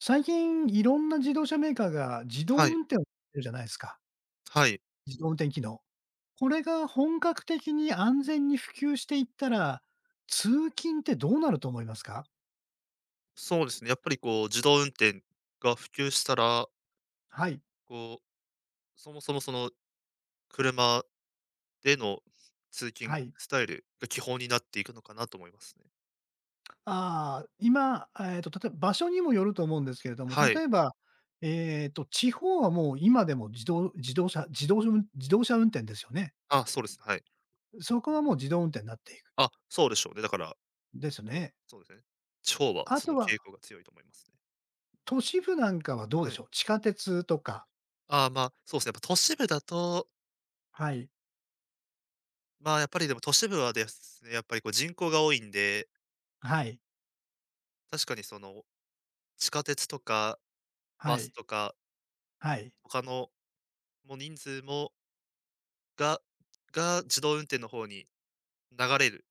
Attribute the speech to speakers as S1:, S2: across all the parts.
S1: 最近、いろんな自動車メーカーが自動
S2: はい、
S1: 運転をやってるじゃないですか。
S2: はい。
S1: 自動運転機能。これが本格的に安全に普及していったら、通勤ってどうなると思いますか？
S2: そうですね、やっぱりこう、自動運転が普及したら、
S1: はい、
S2: こう、そもそもその車での通
S1: は
S2: 勤
S1: い。
S2: スタイルが基本になっていくのかなと思いますね。
S1: ああ、今、例えば場所にもよると思うんですけれども、
S2: は
S1: 例
S2: い。
S1: えば、地方はもう今でも自動車運転ですよね。
S2: あ、そうですね、はい。
S1: そこはもう自動運転になっていく、
S2: あ、そうでしょうね。だから、
S1: です
S2: そう
S1: ね。
S2: そうですね。地方は
S1: あ
S2: その
S1: とは、
S2: 傾向が強いと思いますね。
S1: 都市部なんかはどうで
S2: はい。
S1: しょう？地下鉄とか、
S2: ああ、まあ、そうですね、やっぱ都市部だと、
S1: はい、
S2: まあ、やっぱりでも都市部はですね、やっぱりこう人口が多いんで、
S1: はい。
S2: 確かにその地下鉄とか
S1: は
S2: バス
S1: い、
S2: とか、
S1: はい。
S2: 他のもう人数もがが、自動運転の方に流れる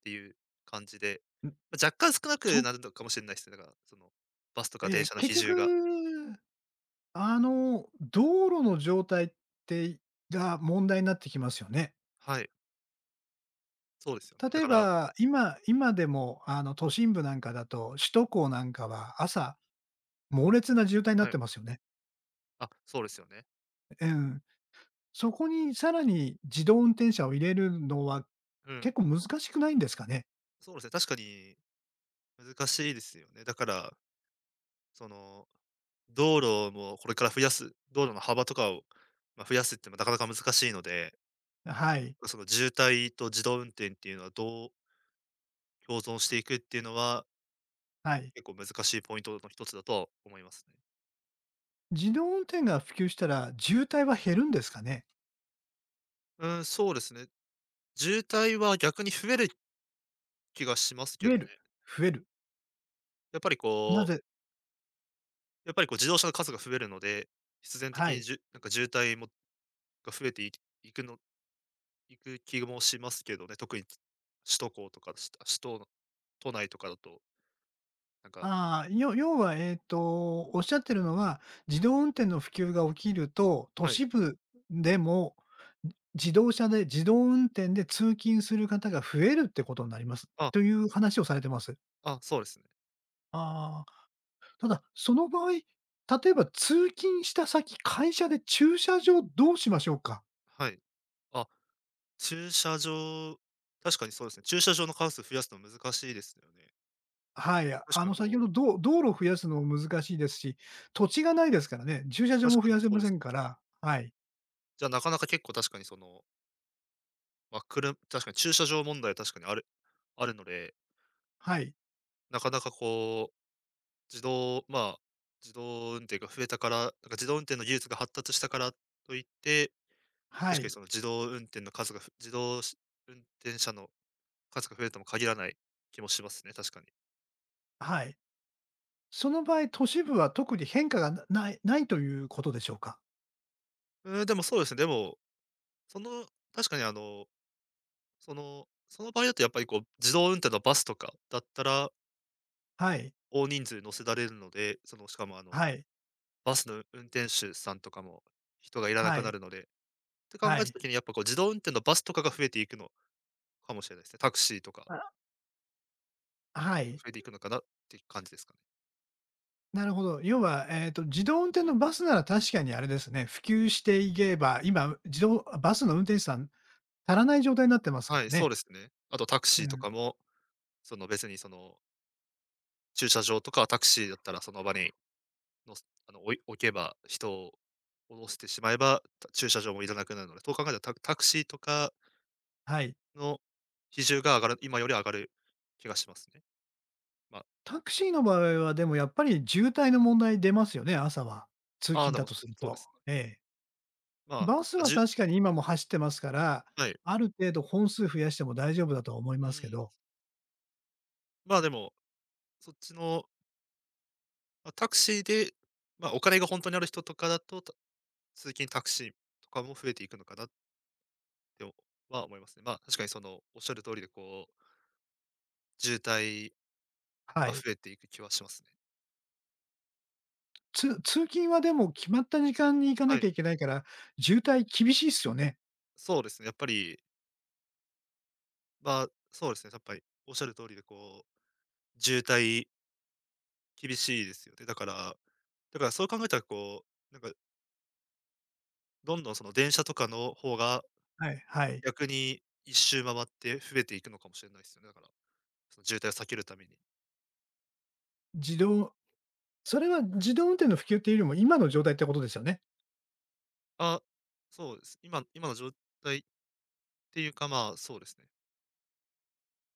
S2: っていう感じで、
S1: ん、
S2: まあ、若干少なく
S1: そ
S2: なるのかもしれないですね。だから、その、バスとか
S1: え
S2: 電
S1: ー
S2: 車の比
S1: 結局、
S2: 重が。
S1: 道路の状態て、が問題になってきますよね。
S2: はい、そうですよね。
S1: 例
S2: だ
S1: え
S2: から
S1: ば、今でも、都心部なんかだと、首都高なんかは朝、猛烈な渋滞になっ
S2: はい、
S1: てますよね。
S2: あ、そうですよね。
S1: うん。そこにさらに自動運転車を入れるのは、
S2: うん、
S1: 結構難しくないんですかね？
S2: そうですね、確かに難しいですよね。だから、その、道路もこれから増やす道路の幅とかを、まあ、増やすってなかなか難しいので、
S1: はい、
S2: その、渋滞と自動運転っていうのはどう共存していくっていうのは、
S1: はい。
S2: 結構難しいポイントの一つだとは思いますね。
S1: 自動運転が普及したら、渋滞は減るんですかね？
S2: うん、そうですね。渋滞は逆に増える気がします
S1: 増
S2: け
S1: え
S2: どね。
S1: る、増える。
S2: やっぱり
S1: な
S2: こう
S1: ぜ。
S2: やっぱりこう自動車の数が増えるので、必然的
S1: は
S2: に
S1: い。
S2: なんか渋滞が増えていいくのいく気もしますけどね、特に首都高とか、首都の都内とかだと、なんか。
S1: ああ、要は、おっしゃってるのは、自動運転の普及が起きると、都
S2: はい。
S1: 市部でも、自動車で自動運転で通勤する方が増えるってことになります、
S2: あ、
S1: という話をされてます。
S2: あ、そうですね。
S1: ああ、ただ、その場合、例えば通勤した先、会社で駐車場どうしましょうか？
S2: はい。あ、駐車場確かにそうですね。駐車場の数増やすの難しいですよね。
S1: はい、
S2: 確かに
S1: 先
S2: こ
S1: ほど、
S2: う
S1: 道路を増やすのも難しいですし、土地がないですからね、駐車場
S2: 確
S1: も増
S2: かに
S1: やせ
S2: そ
S1: ま
S2: うで
S1: せ
S2: す
S1: ん
S2: ね。
S1: から。はい、
S2: じゃ、なかなか結構確かにそのまあ、確かに駐車場問題は確かにあるので、
S1: はい、
S2: なかなかこう、まあ、自動運転が増えたから、なんか自動運転の技術が発達したからといって、
S1: は
S2: 確かに
S1: い、
S2: その自動運転の数がふ自動し運転者の数が増えるとも限らない気もしますね、確かに。
S1: はい。その場合、都市部は特に変化がな
S2: うん。
S1: ないないということでしょうか？
S2: うん、でもそうですね、でも、その、確かにあの、その場合だとやっぱりこう、自動運転のバスとかだったら、
S1: は
S2: その、
S1: い。
S2: 大人数乗せられるので、そのしかもあの
S1: はい。
S2: バスの運転手さんとかも人がいらな
S1: は
S2: くな
S1: い。
S2: るので、って考え
S1: は
S2: た
S1: い。
S2: 時にやっぱこう自動運転のバスとかが増えていくのかもしれないですね。タクシーとか
S1: あ、は
S2: が
S1: い。
S2: 増えていくのかなって感じですかね。
S1: なるほど。要は、自動運転のバスなら確かにあれですね、普及していけば、今、自動バスの運転手さん足らない状態になってますか
S2: は
S1: ら
S2: い、そう
S1: ね。
S2: ですね。あとタク
S1: う
S2: シーと
S1: ん、
S2: かも、その別にその駐車場とかタクシーだったらその場にのすあの置けば、人を降ろしてしまえば、駐車場もいらなくなるので、そう考えたらタクシーとか
S1: はい。
S2: の比重が上がる今より上がる気がしますね。まあ、
S1: タク
S2: ま
S1: シーの場合はでもやっぱり渋滞の問題出ますよね、朝は。通
S2: ああ、
S1: 勤
S2: で
S1: だ
S2: も
S1: とする
S2: そうで
S1: と。
S2: すね。
S1: ええ。
S2: ま
S1: バス
S2: あ、
S1: は
S2: じゅ
S1: 確かに今も走ってますから、
S2: はい。
S1: ある程度本数増やしても大丈夫だとは思い
S2: う
S1: ますけ
S2: ん。
S1: ど。
S2: まあ、でも、そっちの、ま、タクシーで、ま、お金が本当にある人とかだと、通勤タクシーとかも増えていくのかなって思いますね。まあ、確かにその、おっしゃる通りで、こう、渋滞
S1: は
S2: は
S1: い。
S2: 増えていく気はしますね。
S1: 通勤はでも決まった時間に行かな
S2: は
S1: きゃ
S2: い、
S1: いけないから、渋滞厳しいっすよね。
S2: そうですね、やっぱり、まあ、そうですね、やっぱりおっしゃる通りで、こう、渋滞厳しいですよね。だからそう考えたら、こう、なんか、どんどんその電車とかの方が、
S1: はいはい。
S2: 逆に一周回って増えていくのかもしれないですよね、だから、その渋滞を避けるために。
S1: 自動それは自動運転の普及っていうよりも、今の状態ってことですよね。
S2: あ、そうです。今の状態っていうか、まあ、そうですね。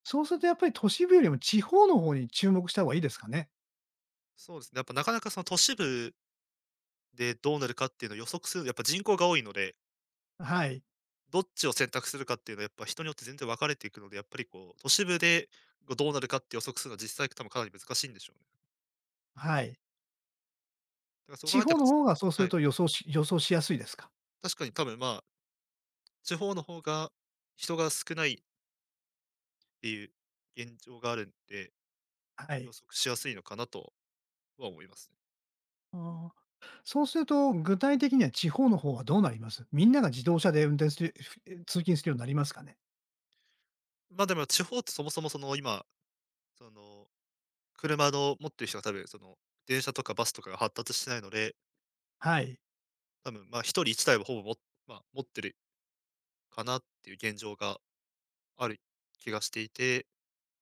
S1: そうするとやっぱり都市部よりも地方の方に注目した方がいいですかね？
S2: そうですね。やっぱなかなかその都市部でどうなるかっていうのを予測するやっぱ人口が多いので、
S1: はい、
S2: どっちを選択するかっていうのはやっぱ人によって全然分かれていくので、やっぱりこう、都市部でこうどうなるかって予測するのは実際多分かなり難しいんでしょうね。
S1: はい。
S2: だからそう
S1: 地
S2: 考えて
S1: 方
S2: も
S1: の方がそうす
S2: は
S1: る
S2: い。
S1: と予想しやすいですか？
S2: 確かに多分まあ、地方の方が人が少ないっていう現状があるんで、
S1: は
S2: 予
S1: い。
S2: 測しやすいのかなとは思いますね。
S1: ああ。そうすると、具体的には地方の方はどうなりますみんなが自動車で運転する、通勤するようになりますかね。
S2: まあ、でも地方ってそもそもその今、その車の持ってる人が多分その、電車とかバスとかが発達してないので、
S1: はい、
S2: 多分、まあ、一人一台はほぼもまあ、持ってるかなっていう現状がある気がしていて、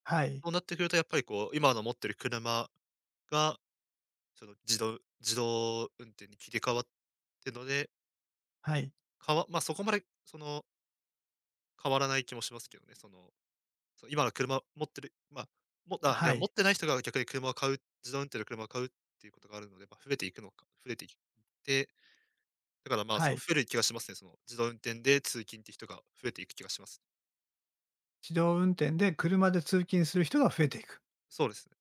S1: はい、
S2: そうなってくるとやっぱりこう、今の持ってる車が、その自動運転に切り替わってるので、
S1: はい、
S2: まあ、そこまでその、変わらない気もしますけどね。その、今の車持ってる、まあ、い
S1: は
S2: や、持っ
S1: い、
S2: てない人が逆に車を買う自動運転の車を買うっていうことがあるので、まあ、増えていってだからまあ、そ
S1: は
S2: の
S1: い。
S2: 増える気がしますね。その自動運転で通勤って人が増えていく気がします。
S1: 自動運転で車で通勤する人が増えていく。
S2: そうですね。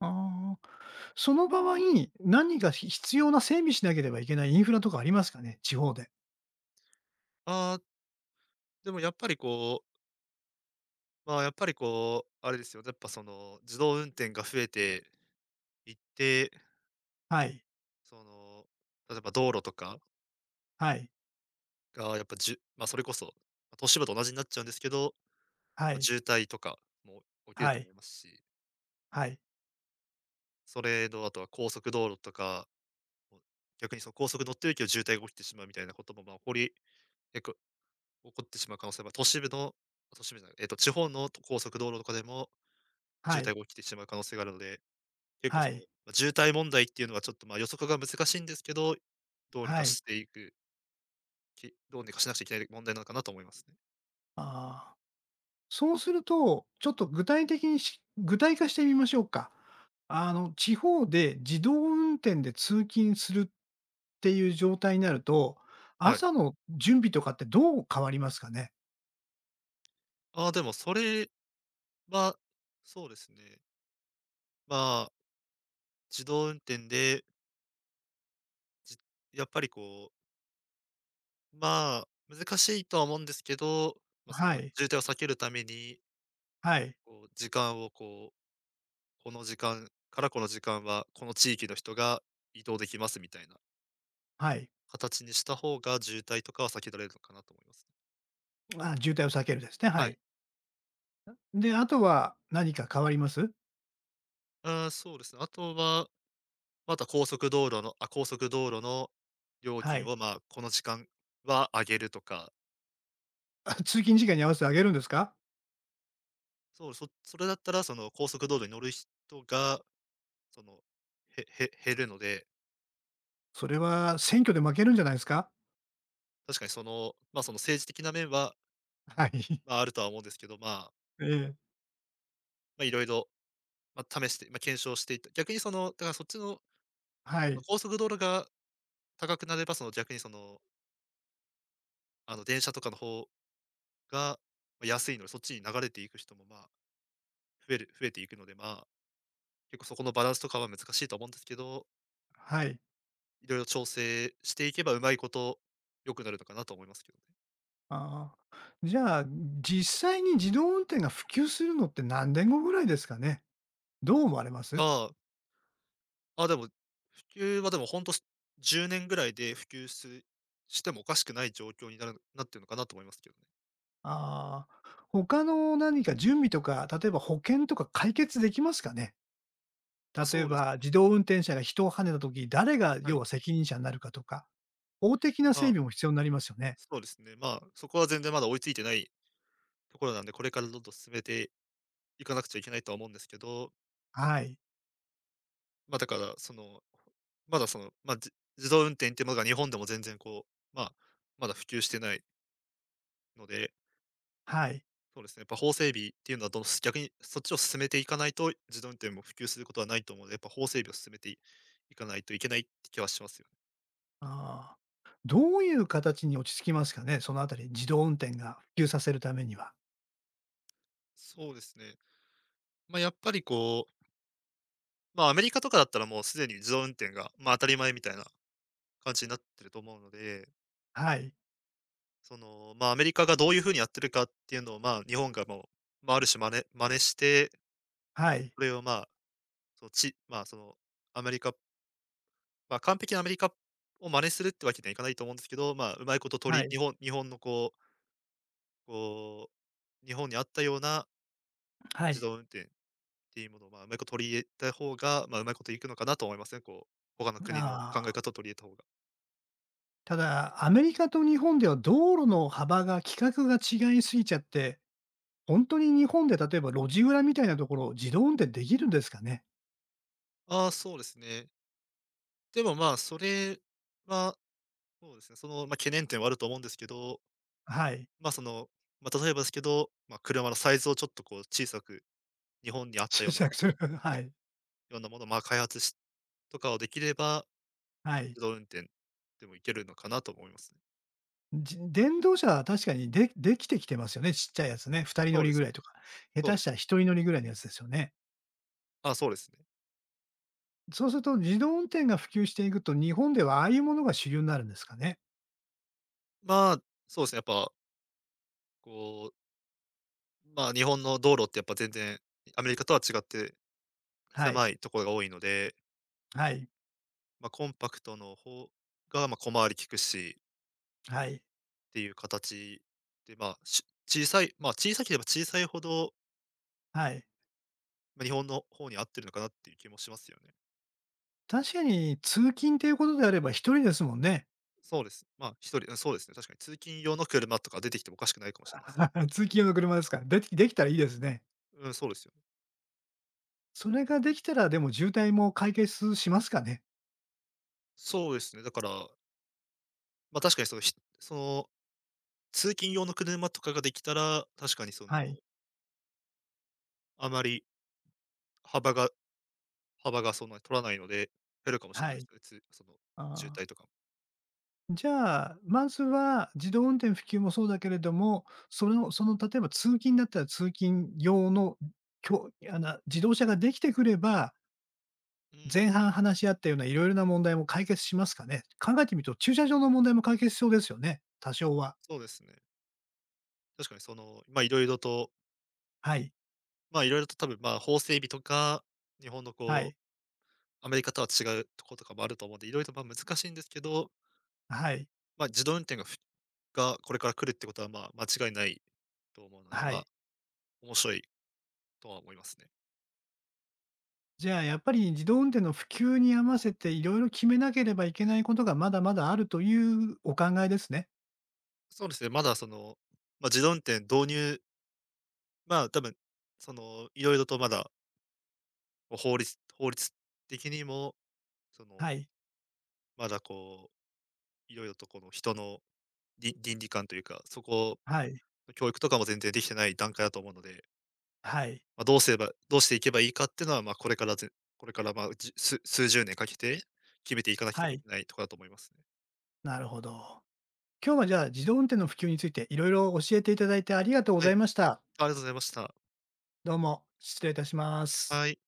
S1: ああ。その場合、何か必要な整備しなければいけないインフラとかありますかね地方で。
S2: ああ、でもやっぱりこう、あれですよ。やっぱその自動運転が増えていって、
S1: はい、
S2: その、例えば道路とか
S1: はい、
S2: がやっぱ、まあそれこそ、まあ都市部と同じになっちゃうんですけど、
S1: は
S2: まあ、
S1: い、
S2: 渋滞とかも起きる
S1: は
S2: と
S1: い、
S2: 思いますし、
S1: はい、
S2: それのあとは高速道路とか、逆にその高速乗ってるけど渋滞が起きてしまうみたいなこともまあ起こってしまう可能性は、都市部じゃない、地方の高速道路とかでも
S1: は
S2: 渋滞
S1: い、
S2: が起きてしまう可能性があるので、結構
S1: は
S2: その、
S1: い、
S2: ま、渋滞問題っていうのはちょっと、ま、予測が難しいんですけど、どうに
S1: は
S2: か
S1: い。
S2: していく、どうにかしなくちゃいけない問題なのかなと思いますね。
S1: ああ。そうすると、ちょっと具体的に、具体化してみましょうか。地方で自動運転で通勤するっていう状態になると、
S2: はい。
S1: 朝の準備とかってどう変わりますかね？
S2: ああ、でもそれは、そうですね。まあ、自動運転で、じやっぱりこう、まあ、難しいとは思うんですけど、まあ、そ
S1: は
S2: の
S1: い。
S2: 渋滞を避けるために、
S1: はい。
S2: こう時間をこうこの時間からこの時間は、この地域の人が移動できますみたいな
S1: はい。
S2: 形にした方が、渋滞とかは避けられるのかなと思いますね。
S1: あ、渋滞を避けるですね、は
S2: は
S1: い。
S2: い。
S1: で、あとは何か変わります？
S2: あーそうですね。あとは、また高速道路の料
S1: は
S2: 金
S1: い。
S2: を、まあ、この時間は上げるとか、
S1: あ、通勤時間に合わせてあげるんですか？
S2: そう、それだったら、その、高速道路に乗る人が、その、減るので、
S1: それは選挙で負けるんじゃないですか？
S2: 確かにその、まあ、その、政治的な面は、
S1: はい。
S2: まあ、あるとは思うんですけど、まあ、
S1: ええ。
S2: 色々、まあ、試して、まあ、検証していった逆にその、だからそっちの
S1: はい。
S2: 高速道路が高くなれば、その逆にその、あの電車とかの方がま、安いので、そっちに流れていく人も、まあ、増えていくので、まあ、結構そこのバランスとかは難しいと思うんですけど、
S1: はい。
S2: いろいろ調整していけばうまいこと、良くなるのかなと思いますけどね。
S1: ああ。じゃあ、実際に自動運転が普及するのって何年後ぐらいですかね？どう思われます？
S2: ああ、あ、でも、普及はでも本当と、10年ぐらいで普及すしてもおかしくない状況になってるのかなと思いますけどね。
S1: ああ、他の何か準備とか、例えば保険とか解決できますかね？
S2: あ、
S1: 例え
S2: そうです
S1: ば
S2: ね。
S1: 自動運転車が人をはねた時、誰が
S2: は
S1: 要
S2: い。
S1: は責任者になるかとか、法的な整
S2: あ、
S1: 備も必要になりますよね。
S2: そうですね。まあ、そこは全然まだ追いついてないところなんで、これからどんどん進めて行かなくちゃいけないとは思うんですけど、
S1: はい、
S2: ま、だから、その、まだその、ま、じ自動運転っていうものが日本でも全然こう、まあ、まだ普及してないので、
S1: はい。
S2: そうですね、やっぱ法整備っていうのはどの逆にそっちを進めていかないと、自動運転も普及することはないと思うので、やっぱ法整備を進めていかないといけないって気はしますよね。
S1: ああ。どういう形に落ち着きますかね？そのあたり、自動運転が普及させるためには。
S2: そうですね。ま、やっぱりこう、ま、アメリカとかだったらもうすでに自動運転が、ま、当たり前みたいな感じになってると思うので、
S1: はい、
S2: その、まあ、アメリカがどういう風にやってるかっていうのを、まあ、日本がもう、まあ、ある種真似して、
S1: はい、
S2: それを、まあ、その、ちまあ、その、アメリカまあ、完璧なアメリカを真似するってわけにはいかないと思うんですけど、まあ、うまいこと取
S1: は
S2: り日
S1: い、
S2: 本日本のこう、こ日本にあったような
S1: は
S2: 自
S1: い。
S2: 動運転っていうものを、まあ、うまいこと取り入れた方が、まあ、うまいこといくのかなと思いますね、こう、他の国の
S1: あ
S2: 考え
S1: あ。
S2: 方を取り入れた方が。
S1: ただ、アメリカと日本では道路の幅が規格が違いすぎちゃって本当に日本で例えば路地裏みたいなところを自動運転できるんですかね？
S2: ああ、そうですね。でも、まあ、それは、そうですね、その、まあ、懸念点はあると思うんですけど、
S1: はい。
S2: まあ、その、まあ、例えばですけど、まあ、車のサイズをちょっとこう小さく、日本にあ った
S1: 注
S2: ような
S1: 釈する はい、
S2: ものを、ま、開発しとかをできれば、
S1: はい。
S2: 自動運転でもいけるのかなと思いますね。
S1: 電動車は確かにできてきてますよね、ちっちゃいやつね。2人乗
S2: そう
S1: り
S2: で
S1: ぐ
S2: す
S1: らい
S2: ね、
S1: とか。下
S2: そう
S1: 手
S2: で
S1: し
S2: す
S1: たら
S2: ね。
S1: 1人乗りぐらいのやつですよね。
S2: あ、そうですね。
S1: そうすると自動運転が普及していくと、日本ではああいうものが主流になるんですかね？
S2: まあ、そうですね、やっぱ、こう、ま、日本の道路ってやっぱ全然、アメリカとは違って
S1: はい、
S2: 狭いところが多いので、
S1: はい、
S2: ま、コンパクトの方が、ま、小回り利くし
S1: はい、
S2: っていう形で、ま、小さい、小さければ小さいほど
S1: はい。
S2: まあ、日本の方に合ってるのかなっていう気もしますよね。
S1: 確かに通勤ということであれば1人ですもんね。
S2: そうです。まあ、一人、うん、そうですね、確かに通勤用の車とか出てきてもおかしくないかもしれないですよ。
S1: 通勤用の車ですから。できたらいいですね。
S2: うん、そうですよね。
S1: それができたら、でも渋滞も解決しますかね？
S2: そうですね、だから、ま、確かにその、ひその、通勤用の車とかができたら、確かにそ
S1: は
S2: の、
S1: い、
S2: あまり幅が幅がそんなに取らないので、減るかもしれ
S1: は
S2: ないで
S1: い。
S2: すね、その、渋
S1: あ
S2: 滞
S1: ー
S2: とかも。
S1: じゃあ、まずは自動運転普及もそうだけれども、その例えば通勤だったら通勤用のあの自動車ができてくれば、
S2: う
S1: 前
S2: ん、
S1: 半話し合ったようないろいろな問題も解決しますかね？考えてみると駐車場の問題も解決しそうですよね、多少は。
S2: そうですね。確かにその、ま、いろいろと、
S1: はい、
S2: 多分、ま、法整備とか、日本の
S1: は
S2: こ
S1: い、
S2: う、アメリカとは違うところとかもあると思うんで、いろいろと、ま、難しいんですけど、
S1: はい、
S2: まあ、自動運転が、これから来るってことは、まあ、間違いないと思うので、
S1: は
S2: まあ、
S1: い。
S2: 面白いとは思いますね。
S1: じゃあ、やっぱり自動運転の普及に合わせていろいろ決めなければいけないことがまだまだあるというお考えですね。
S2: そうですね、まだその、まあ、自動運転導入、まあ、多分、その、色々とまだ、こう、法律的にも、その、
S1: はい、
S2: まだこう、色々とこの人の倫理観というか、そこ
S1: はい、
S2: 教育とかも全然できてない段階だと思うので、
S1: はい、
S2: まあ、どうしていけばいいかっていうのは、まあ、これから、まあ、数十年かけて決めていかなけれ
S1: は
S2: ばい
S1: い。
S2: けないところだと思いますね。
S1: なるほど。今日はじゃあ、自動運転の普及についていろいろ教えていただいてありがとうご
S2: は
S1: ざ
S2: い。
S1: いました。
S2: ありがとうございました。
S1: どうも失礼いたします。
S2: はい。